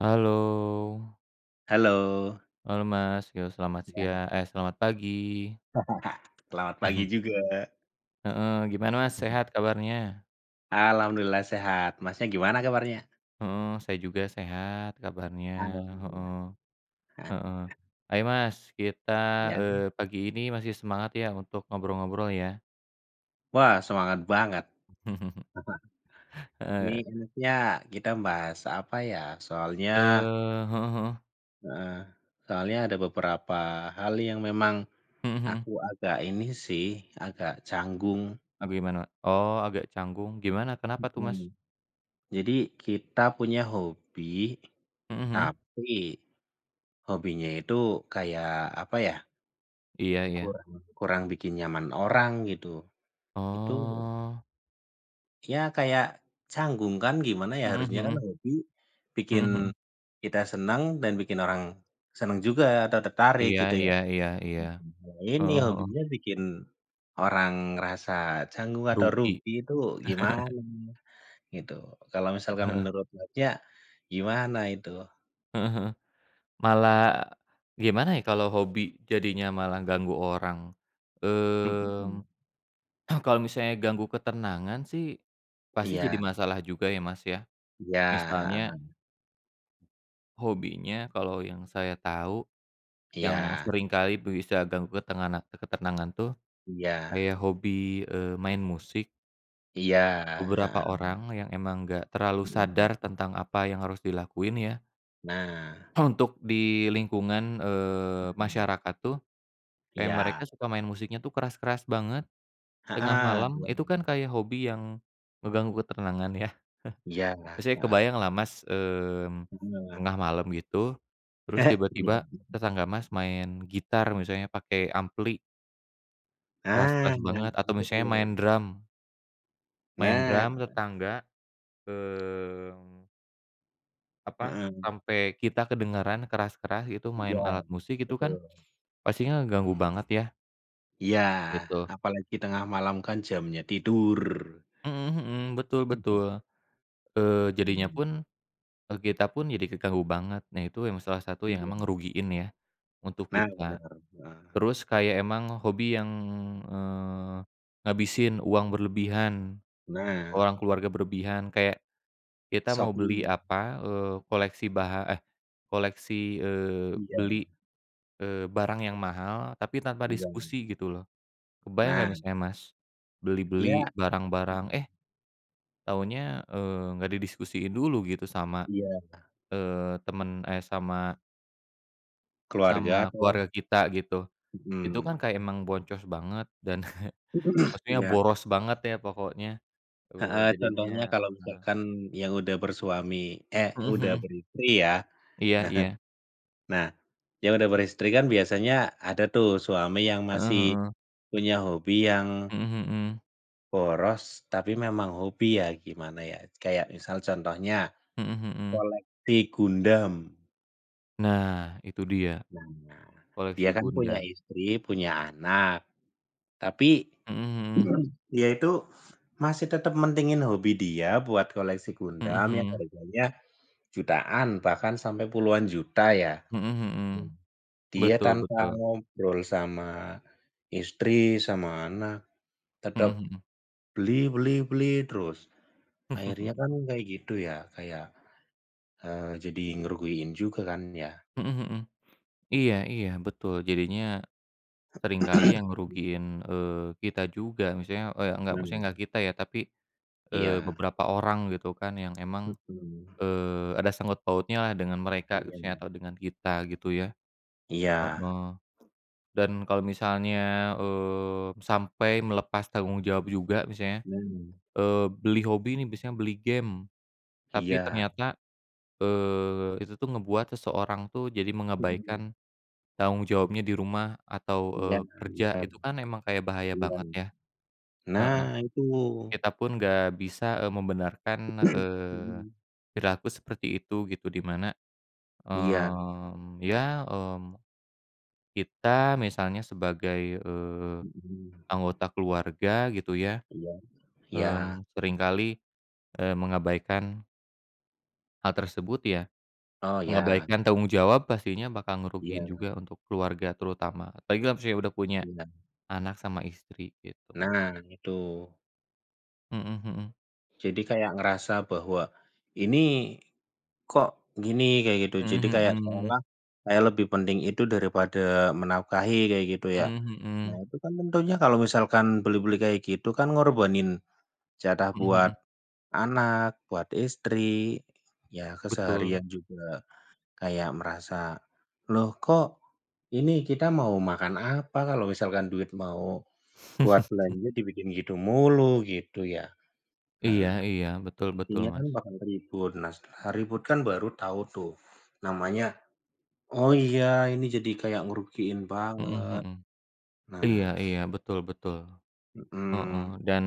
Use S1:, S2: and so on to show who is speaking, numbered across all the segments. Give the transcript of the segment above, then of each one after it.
S1: Halo,
S2: Halo,
S1: halo Mas, yo
S2: ya.
S1: selamat pagi.
S2: Selamat pagi
S1: Mhm.
S2: juga.
S1: Heeh, gimana Mas,
S2: Mhm.
S1: sehat kabarnya?
S2: Alhamdulillah sehat. Masnya gimana kabarnya?
S1: Heeh, saya juga sehat kabarnya,
S2: Alhamdulillah.
S1: heeh
S2: Ah,
S1: heeh. Ayo Mas, kita,
S2: ya.
S1: pagi ini masih semangat ya untuk ngobrol-ngobrol ya.
S2: Wah, semangat banget. Ini
S1: Heeh,
S2: enaknya kita bahas apa ya, soalnya
S1: heeh heeh,
S2: heeh, soalnya ada beberapa hal yang memang
S1: mhm mhm.
S2: aku agak ini sih, agak canggung.
S1: Apa gimana? Oh, agak canggung, gimana kenapa tuh
S2: Mhm.
S1: Mas?
S2: Jadi kita punya hobi,
S1: Mhm mhm.
S2: tapi hobinya itu kayak apa ya,
S1: Iya iya.
S2: kurang kurang bikin nyaman orang gitu. Itu,
S1: Oh,
S2: ya kayak canggung kan, gimana ya,
S1: mhm
S2: harusnya kan
S1: mhm,
S2: hobi
S1: mhm
S2: bikin
S1: mhm.
S2: kita senang dan bikin orang senang juga atau tertarik
S1: Iya
S2: gitu ya.
S1: iya iya iya.
S2: Nah, ini
S1: Heeh heeh.
S2: hobinya bikin orang ngerasa canggung atau
S1: Rugi,
S2: rugi itu gimana gitu. Kalau misalkan
S1: heeh
S2: menurut Masnya, gimana itu?
S1: heeh heeh. Malah gimana ya, kalau hobi jadinya malah ganggu orang,
S2: Mhm.
S1: mmm, kalau misalnya ganggu ketenangan sih pasti jadi
S2: Iya
S1: masalah juga ya, Mas, ya.
S2: iya,
S1: Misalnya
S2: heeh,
S1: hobinya, kalau yang saya tahu yang
S2: iya
S1: sering kali bisa ganggu ketenangan tuh
S2: iya
S1: kayak hobi, main musik.
S2: iya,
S1: Beberapa
S2: heeh,
S1: orang yang emang nggak terlalu sadar
S2: mhm.
S1: tentang apa yang harus dilakuin ya
S2: Nah,
S1: untuk di lingkungan,
S2: mhm,
S1: masyarakat tuh, kayak mereka
S2: iya,
S1: suka main musiknya tuh keras-keras banget, tengah
S2: heeh,
S1: malam,
S2: iya.
S1: itu kan kayak hobi yang ngeganggu ketenangan ya.
S2: Iya,
S1: Maksudnya,
S2: heeh,
S1: kebayang lah Mas,
S2: heeh.
S1: tengah malam gitu, terus
S2: Iya.
S1: tiba-tiba tetangga Mas main gitar misalnya, pakai ampli
S2: Ah,
S1: keras-keras banget, atau misalnya
S2: betul.
S1: main
S2: Nah,
S1: drum tetangga, mmm, apa,
S2: heeh,
S1: sampai kita kedengeran keras-keras gitu main
S2: iya,
S1: alat musik, itu kan
S2: betul.
S1: pastinya ngeganggu banget ya,
S2: Iya,
S1: gitu.
S2: apalagi tengah malam kan jamnya tidur.
S1: Mhm mhm, betul betul. Eee, jadinya
S2: Mhm,
S1: pun Eee, kita pun jadi keganggu banget. Nah, itu yang salah satu yang
S2: iya.
S1: emang ngerugiin ya, untuk
S2: Nah,
S1: kita.
S2: benar, heeh.
S1: Terus kayak emang hobi yang, eee, ngabisin uang berlebihan,
S2: Nah,
S1: orang keluarga berlebihan, kayak kita mau beli
S2: shopping
S1: apa, eee, koleksi baha eh, koleksi,
S2: iya
S1: beli, barang yang mahal tapi tanpa
S2: iya.
S1: diskusi gitu loh. Kebayang nggak
S2: Nah,
S1: misalnya Mas,
S2: iya
S1: beli-beli
S2: mhm,
S1: barang-barang, taunya, nggak didiskusiin dulu gitu sama,
S2: iya,
S1: eee, temen eh, sama
S2: keluarga
S1: Sama
S2: atau
S1: keluarga kita gitu. Itu kan
S2: mhm.
S1: kayak emang boncos banget, dan maksudnya
S2: Iya,
S1: boros banget ya pokoknya, eee,
S2: heeh,
S1: jadinya
S2: contohnya kalau
S1: nah
S2: misalkan yang udah bersuami eh,
S1: mhm
S2: udah
S1: mhm,
S2: beristri ya.
S1: iya iya,
S2: Nah, yang udah beristri kan biasanya ada tuh suami yang
S1: heeh
S2: masih
S1: heeh,
S2: punya hobi yang
S1: mhm mhm,
S2: boros, tapi memang hobi ya, gimana ya, kayak misal contohnya
S1: mhm mhm.
S2: koleksi Gundam.
S1: Nah, itu dia
S2: Nah, dia
S1: koleksi
S2: kan punya
S1: Gundam,
S2: istri, punya anak, tapi
S1: mhm mhm,
S2: dia itu masih tetap mentingin hobi dia buat koleksi Gundam yang
S1: mhm
S2: harganya jutaan, bahkan sampai puluhan juta ya.
S1: mhm, mhm mhm,
S2: Dia
S1: betul
S2: tanpa
S1: betul,
S2: ngobrol sama istri, sama anak
S1: mhm
S2: tetap
S1: mhm,
S2: beli beli beli terus, akhirnya kan kayak gitu ya, kayak, jadi ngerugiin juga kan ya.
S1: mhm mhm, iya iya, betul. Jadinya seringkali yang ngerugiin, kita juga misalnya, enggak,
S2: Nah,
S1: maksudnya enggak kita ya, tapi
S2: iya,
S1: beberapa orang gitu kan, yang emang,
S2: mhm,
S1: ada sangkut pautnya lah dengan mereka
S2: iya,
S1: gitu ya, atau dengan kita gitu ya,
S2: iya,
S1: heeh. Dan kalau misalnya, sampai melepas tanggung jawab juga misalnya,
S2: nah,
S1: eee, beli hobi nih, biasanya beli game, tapi
S2: iya,
S1: ternyata, itu tuh ngebuat seseorang tuh jadi
S2: mhm,
S1: mengabaikan tanggung jawabnya di rumah atau,
S2: iya,
S1: kerja,
S2: bener,
S1: itu kan emang kayak bahaya
S2: iya.
S1: banget ya, heeh.
S2: Nah itu,
S1: Kita pun nggak bisa, membenarkan, eee,
S2: mhm,
S1: perilaku seperti itu gitu, di mana
S2: iya,
S1: Ya, mmm, kita misalnya sebagai,
S2: mhm,
S1: anggota keluarga gitu ya,
S2: iya, iya,
S1: seringkali, mengabaikan hal tersebut ya,
S2: oh iya,
S1: mengabaikan tanggung jawab pastinya bakal ngerugiin
S2: iya
S1: juga untuk keluarga terutama, apalagi kalau misalnya udah punya
S2: iya.
S1: anak sama istri gitu, Mas.
S2: Nah itu,
S1: Mhm mhm.
S2: jadi kayak ngerasa bahwa ini kok gini, kayak gitu. Jadi
S1: Mhm
S2: kayak
S1: mhm.
S2: seolah kayak lebih penting itu daripada menafkahi, kayak gitu ya.
S1: Mhm
S2: Nah,
S1: mhm.
S2: itu kan tentunya kalau misalkan beli-beli kayak gitu kan ngorbanin jatah
S1: Mhm
S2: buat
S1: mhm.
S2: anak, buat istri, ya
S1: Betul.
S2: keseharian juga kayak merasa, "Loh kok ini kita mau makan apa kalau misalkan duit mau buat belanja dibikin gitu mulu?" Gitu ya.
S1: Iya
S2: Nah,
S1: iya, betul betul,
S2: intinya kan
S1: Mas.
S2: bakal ribut. Nah, setelah ribut kan baru tahu tuh namanya oh iya, ini jadi kayak ngerugiin
S1: Mhm
S2: banget.
S1: mhm.
S2: Nah,
S1: Iya iya, betul betul. Heeh,
S2: mhm,
S1: dan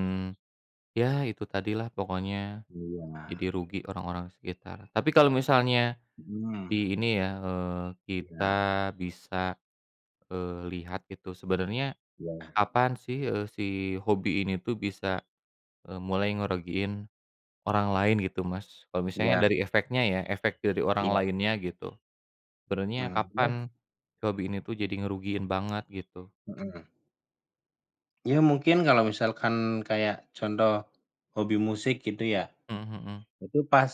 S1: ya itu tadilah pokoknya,
S2: iya,
S1: jadi rugi orang-orang sekitar. Tapi kalau misalnya
S2: mhm,
S1: di ini ya, kita
S2: iya
S1: bisa, lihat gitu, sebenarnya
S2: iya
S1: kapan sih, si hobi ini tuh bisa, mulai ngerugiin orang lain gitu Mas? Kalau misalnya
S2: iya
S1: dari efeknya ya, efek dari orang
S2: iya,
S1: lainnya gitu. Sebenarnya
S2: mmm, iya,
S1: kapan si hobi ini tuh jadi ngerugiin banget gitu?
S2: mhm. Ya mungkin kalau misalkan kayak contoh hobi musik gitu ya,
S1: Mhm mhm.
S2: itu pas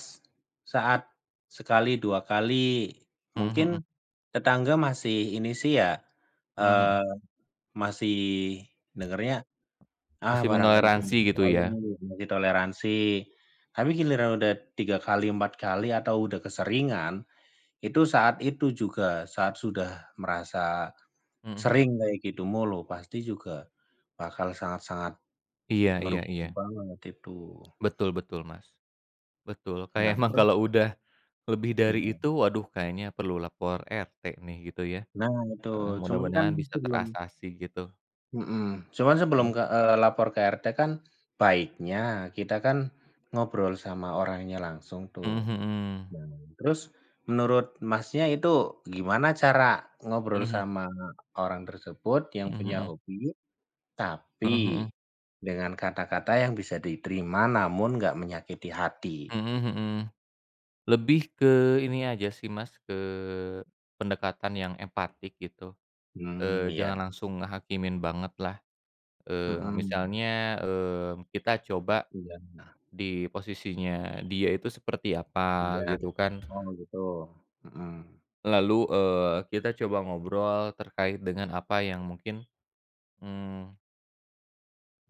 S2: saat sekali, 2 kali,
S1: Mhm mhm.
S2: mungkin tetangga masih ini sih ya,
S1: Mhm mhm.
S2: eee, masih dengernya ah,
S1: Masih
S2: barangkali cuma
S1: menoleransi gitu
S2: sekali,
S1: ya?
S2: masih toleransi. Tapi giliran udah 3 kali, 4 kali, atau udah keseringan, itu saat itu juga, saat sudah merasa
S1: Mhm mhm.
S2: sering kayak gitu mulu, pasti juga bakal sangat-sangat
S1: Iya iya
S2: merugikan
S1: iya.
S2: banget itu.
S1: Betul betul Mas. Betul, kayak
S2: Nah,
S1: emang
S2: terus
S1: kalau udah lebih dari
S2: iya,
S1: itu, waduh kayaknya perlu lapor RT nih gitu ya.
S2: nah itu,
S1: Heeh,
S2: cuman kan
S1: mudah-mudahan bisa
S2: sebelum
S1: terasasi gitu.
S2: mhm, cuman sebelum ke lapor ke RT kan, baiknya kita kan ngobrol sama orangnya langsung tuh.
S1: Mhm mhm.
S2: Nah, terus menurut Masnya itu gimana cara
S1: Mhm
S2: ngobrol
S1: mhm.
S2: sama orang tersebut yang
S1: Mhm
S2: punya
S1: mhm.
S2: hobi, tapi
S1: Heeh heeh.
S2: dengan kata-kata yang bisa diterima namun nggak menyakiti hati?
S1: Mhm mhm. Lebih ke ini aja sih Mas, ke pendekatan yang empatik gitu,
S2: Mmm, iya,
S1: jangan langsung ngehakimin banget lah,
S2: mhm,
S1: misalnya, kita coba
S2: iya,
S1: di posisinya dia itu seperti apa
S2: iya.
S1: gitu kan.
S2: Oh gitu, mhm,
S1: Lalu, kita coba ngobrol terkait dengan apa yang mungkin, mmm,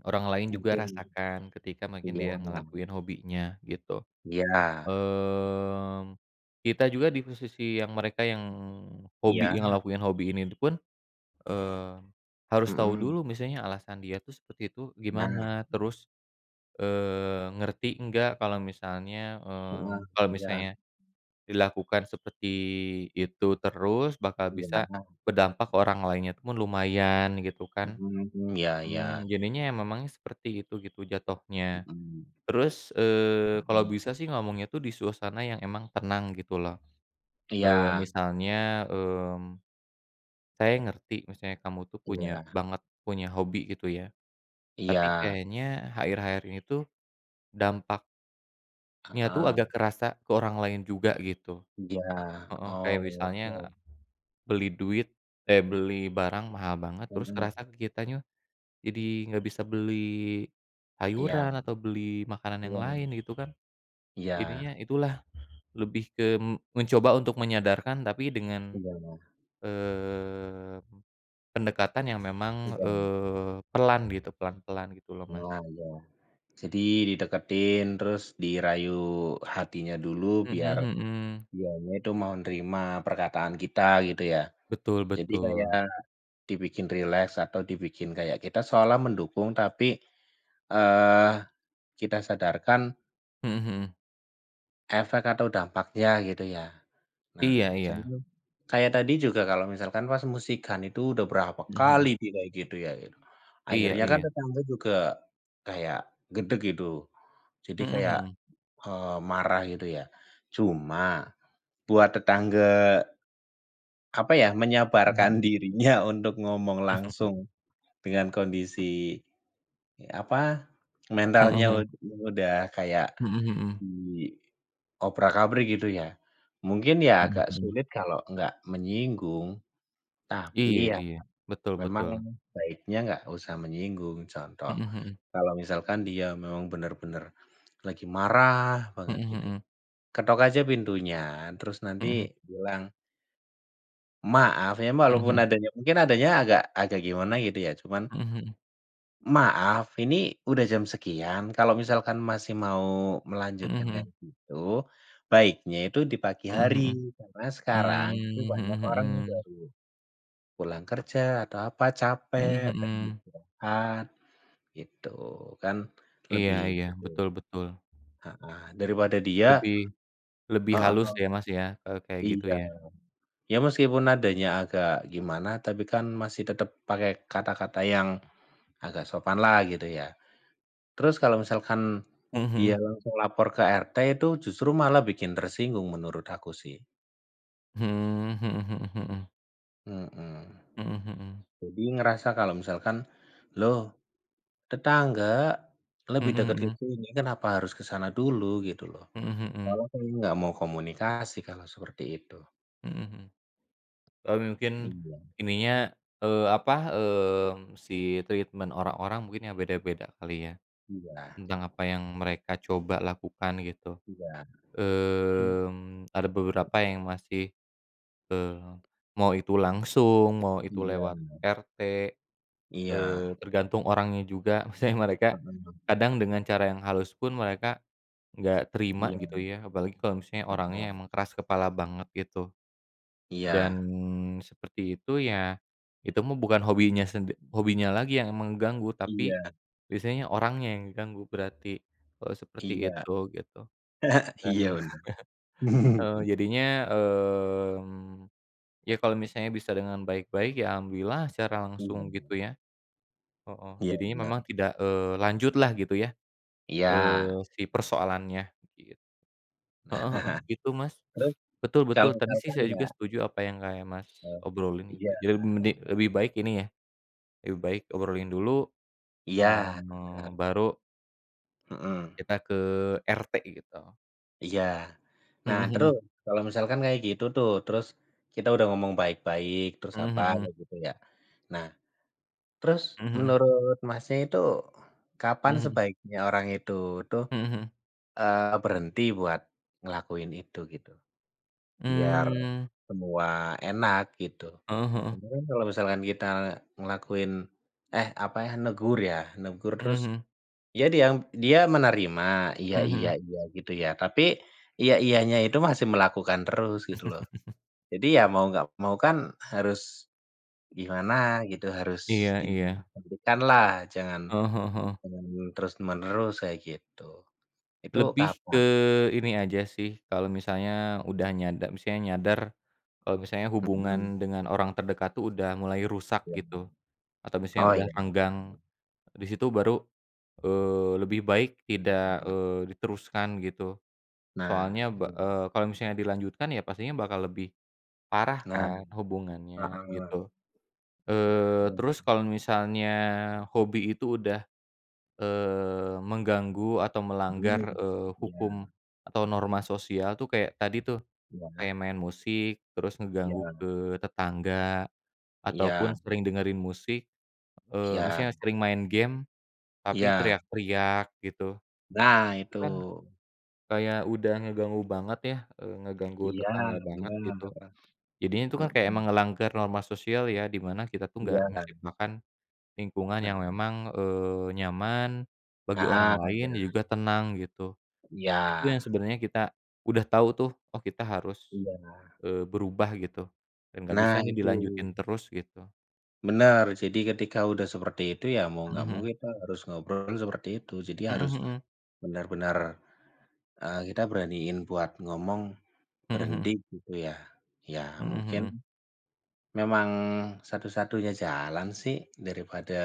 S1: orang lain juga
S2: mungkin
S1: rasakan ketika mungkin
S2: iya,
S1: dia ngelakuin hobinya gitu.
S2: iya,
S1: Mmm, kita juga di posisi yang mereka, yang hobi,
S2: iya,
S1: yang ngelakuin hobi ini pun, eee, harus tahu
S2: mhm,
S1: dulu misalnya alasan dia tuh seperti itu
S2: nah,
S1: gimana, terus, ngerti enggak kalau misalnya,
S2: heeh, iya,
S1: dilakukan seperti itu terus bakal bisa
S2: iya,
S1: berdampak ke orang lainnya itu pun lumayan gitu kan.
S2: mhm, iya iya,
S1: Jadinya ya memangnya seperti itu gitu jatuhnya.
S2: mhm,
S1: Terus, kalau
S2: mhm,
S1: bisa sih ngomongnya tuh di suasana yang emang tenang gitu loh.
S2: iya,
S1: Misalnya, mmm, saya ngerti misalnya kamu tuh
S2: iya.
S1: banget punya hobi gitu ya, tapi
S2: Iya,
S1: kayaknya akhir-akhir ini tuh dampaknya tuh
S2: heeh,
S1: agak kerasa ke orang lain juga gitu.
S2: iya,
S1: Heeh,
S2: oh,
S1: kayak misalnya
S2: oke,
S1: Beli duit beli barang mahal banget, terus
S2: mhm,
S1: kerasa ke kitanya jadi nggak bisa beli
S2: iya
S1: sayuran atau beli makanan yang lain
S2: iya
S1: gitu kan.
S2: iya
S1: Jadinya itulah lebih ke mencoba untuk menyadarkan, tapi dengan,
S2: iya
S1: eee, pendekatan yang memang,
S2: iya,
S1: pelan gitu, pelan-pelan gitu loh, Mas.
S2: wah, iya. Jadi dideketin, terus dirayu hatinya dulu
S1: Mhm
S2: biar
S1: mhm.
S2: dianya itu mau nerima perkataan kita gitu ya.
S1: Betul
S2: Jadi kayak
S1: betul.
S2: dibikin rileks atau dibikin kayak kita seolah mendukung tapi, eee, kita sadarkan
S1: Mhm mhm.
S2: efek atau dampaknya gitu ya. Nah,
S1: Iya iya.
S2: contoh kayak tadi juga kalau misalkan pas musikan itu udah berapa
S1: Mhm
S2: kali
S1: mhm.
S2: di kayak gitu ya gitu.
S1: Iya
S2: Akhirnya kan
S1: iya.
S2: tetangga juga kayak gedeg gitu. Jadi
S1: Mhm
S2: kayak,
S1: mhm.
S2: marah gitu ya. Cuma buat tetangga, apa ya,
S1: Mhm
S2: menyabarkan
S1: mhm.
S2: dirinya untuk ngomong langsung dengan kondisi, ya, apa,
S1: Mhm
S2: mentalnya
S1: mhm.
S2: udah kayak
S1: Mhm mhm.
S2: di diobrak-abrik gitu ya. Mungkin ya
S1: Mhm
S2: agak
S1: mhm.
S2: sulit kalau nggak menyinggung. Tapi
S1: Iya
S2: ya
S1: iya, betul
S2: memang
S1: betul.
S2: baiknya nggak usah menyinggung. Contoh,
S1: Mhm mhm.
S2: kalau misalkan dia memang benar-benar lagi marah banget gitu,
S1: Mhm
S2: ketok aja pintunya, terus
S1: mhm.
S2: nanti bilang, "Maaf ya
S1: Mhm
S2: walaupun
S1: mhm.
S2: adanya mungkin adanya agak agak gimana gitu ya, cuman,
S1: Mhm mhm.
S2: "Maaf, ini udah jam sekian, kalau misalkan masih mau
S1: Mhm
S2: melanjutkan
S1: mhm.
S2: kayak gitu, baiknya itu di pagi
S1: Mhm
S2: hari,
S1: mhm.
S2: karena sekarang itu
S1: Mmm,
S2: banyak
S1: mhm
S2: orang yang
S1: mhm.
S2: baru pulang kerja atau apa, capek,
S1: Mhm
S2: pengen
S1: mhm.
S2: istirahat, gitu kan
S1: Iya
S2: lebih
S1: iya,
S2: betul,
S1: betul betul.
S2: heeh, daripada dia
S1: Lebih lebih halus
S2: heeh,
S1: ya, Mas, ya, kalau kayak gitu
S2: iya.
S1: ya.
S2: Ya meskipun nadanya agak gimana, tapi kan masih tetap pakai kata-kata yang agak sopan lah gitu ya. Terus kalau misalkan
S1: Mhm
S2: dia
S1: mhm.
S2: langsung lapor ke RT itu justru malah bikin tersinggung menurut aku sih,
S1: Mmm, mhm mhm mhm.
S2: mhm.
S1: Mhm mhm.
S2: Jadi ngerasa kalau misalkan, "Loh tetangga, lebih
S1: Mhm
S2: dekat ke
S1: mhm.
S2: sini, kenapa harus ke sana dulu gitu loh.
S1: Mhm mhm.
S2: Kalau saya nggak mau komunikasi kalau seperti itu.
S1: Mhm mhm. Mungkin
S2: Iya
S1: ininya, apa, si treatment orang-orang mungkin ya beda-beda kali ya,
S2: iya
S1: tentang apa yang mereka coba lakukan gitu.
S2: iya, mmm,
S1: Ada beberapa yang masih, eee, mau itu langsung, mau itu lewat
S2: iya
S1: RT,
S2: iya,
S1: tergantung orangnya juga. Misalnya mereka
S2: heeh,
S1: kadang dengan cara yang halus pun mereka nggak terima
S2: iya,
S1: gitu ya, apalagi kalau misalnya orangnya
S2: heeh,
S1: emang keras kepala banget gitu. Dan
S2: iya
S1: seperti itu ya, itu mah bukan hobinya lagi yang mengganggu, tapi
S2: iya
S1: biasanya orangnya yang diganggu berarti kalau seperti
S2: iya,
S1: itu gitu.
S2: iya
S1: Dan
S2: bener.
S1: Jadinya, mmm, ya kalau misalnya bisa dengan baik-baik ya alhamdulillah secara
S2: Iya
S1: langsung gitu ya, heeh,
S2: iya
S1: jadinya
S2: bener,
S1: memang tidak, lanjutlah gitu ya,
S2: iya.
S1: si persoalannya git heeh heeh, gitu Mas.
S2: Terus
S1: Betul betul,
S2: kalau
S1: tadi sih
S2: misalkan
S1: saya juga
S2: ya,
S1: setuju apa yang kayak Mas
S2: eee,
S1: obrolin gitu.
S2: iya
S1: Jadi lebih baik ini ya, lebih baik obrolin dulu,
S2: iya bener,
S1: baru
S2: mhm.
S1: kita ke RT gitu.
S2: Iya. Nah,
S1: Mhm
S2: terus kalau misalkan kayak gitu tuh, terus kita udah ngomong baik-baik, terus
S1: mhm,
S2: apa,
S1: mhm
S2: kayak gitu ya. Nah, terus
S1: mhm, mhm
S2: menurut Masnya itu kapan
S1: mhm,
S2: sebaiknya orang itu tuh,
S1: mhm mhm,
S2: berhenti buat ngelakuin itu gitu, biar
S1: mmm,
S2: semua enak gitu?
S1: heeh heeh,
S2: Kemudian kalau misalkan kita ngelakuin eh, apa ya, negur
S1: mhm
S2: terus
S1: mhm.
S2: iya dia yang dia menerima, iya
S1: Mhm
S2: iya
S1: mhm.
S2: iya gitu ya, tapi iya iyanya itu masih melakukan terus gitu loh. Jadi ya mau nggak mau kan harus gimana gitu, harus
S1: Iya iya.
S2: dihentikanlah, jangan
S1: Heeh heeh heeh.
S2: jangan terus-menerus kayak gitu. Itu
S1: Lebih ke
S2: kapan?
S1: ini aja sih, kalau misalnya udah nyada misalnya nyadar, kalau misalnya
S2: Mhm,
S1: hubungan dengan orang terdekat tuh udah mulai rusak
S2: iya.
S1: gitu, atau misalnya
S2: Oh
S1: udah
S2: iya,
S1: renggang,
S2: mhm
S1: di situ baru, lebih baik tidak,
S2: mhm.
S1: diteruskan gitu.
S2: Nah,
S1: Soalnya
S2: iya.
S1: kalau misalnya dilanjutkan ya pastinya bakal lebih parah
S2: Nah
S1: kan hubungannya
S2: heeh.
S1: gitu.
S2: Nah iya,
S1: Terus kalau misalnya hobi itu udah mengganggu atau
S2: mhm,
S1: melanggar,
S2: iya
S1: hukum atau norma sosial tuh kayak tadi tuh,
S2: iya
S1: kayak main musik, terus ngeganggu
S2: iya
S1: ke tetangga, ataupun
S2: iya
S1: sering dengerin musik,
S2: iya
S1: misalnya sering main game, tapi
S2: iya.
S1: teriak-teriak gitu.
S2: Nah
S1: Itu
S2: itu.
S1: kan kayak udah ngeganggu banget ya, ngeganggu
S2: Iya,
S1: tetangga banget
S2: bener.
S1: gitu. Jadinya itu kan kayak
S2: Mhm.
S1: emang ngelanggar norma sosial ya, di mana kita tuh nggak
S2: Iya.
S1: menciptakan lingkungan yang
S2: Nah
S1: memang, nyaman bagi orang
S2: heeh,
S1: lain,
S2: iya
S1: juga tenang gitu.
S2: iya
S1: Itu yang sebenarnya kita udah tahu tuh, oh kita harus,
S2: iya.
S1: berubah gitu, dan nggak bisa
S2: Nah
S1: nih
S2: itu,
S1: dilanjutin terus gitu.
S2: bener. Jadi ketika udah seperti itu ya mau nggak mau
S1: Mhm
S2: kita harus ngobrol seperti itu. Jadi harus
S1: mhm, mhm
S2: benar-benar, kita beraniin buat ngomong
S1: mhm,
S2: berhenti gitu ya. Ya
S1: mhm
S2: mungkin
S1: mhm,
S2: memang satu-satunya jalan sih daripada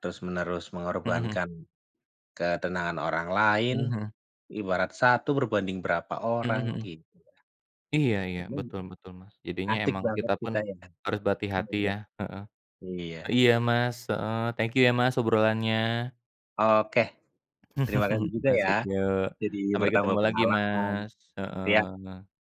S2: terus-menerus
S1: mhm mhm,
S2: mengorbankan ketenangan orang lain,
S1: mhm mhm, mhm
S2: ibarat satu berbanding berapa
S1: mhm,
S2: orang
S1: mhm mhm.
S2: gitu.
S1: Iya iya,
S2: Ini
S1: betul betul, Mas. Jadinya
S2: asik
S1: emang kita
S2: banget
S1: pun
S2: kita ya
S1: harus berhati-hati ya,
S2: ngobrol.
S1: heeh.
S2: Iya.
S1: Iya, Mas, heeh, thank you ya, Mas, obrolannya.
S2: Oke, terima kasih juga ya,
S1: Asik, yuk.
S2: jadi
S1: Sampai
S2: bertambah
S1: ketemu lagi,
S2: pengalaman,
S1: Mas,
S2: iya.
S1: heeh.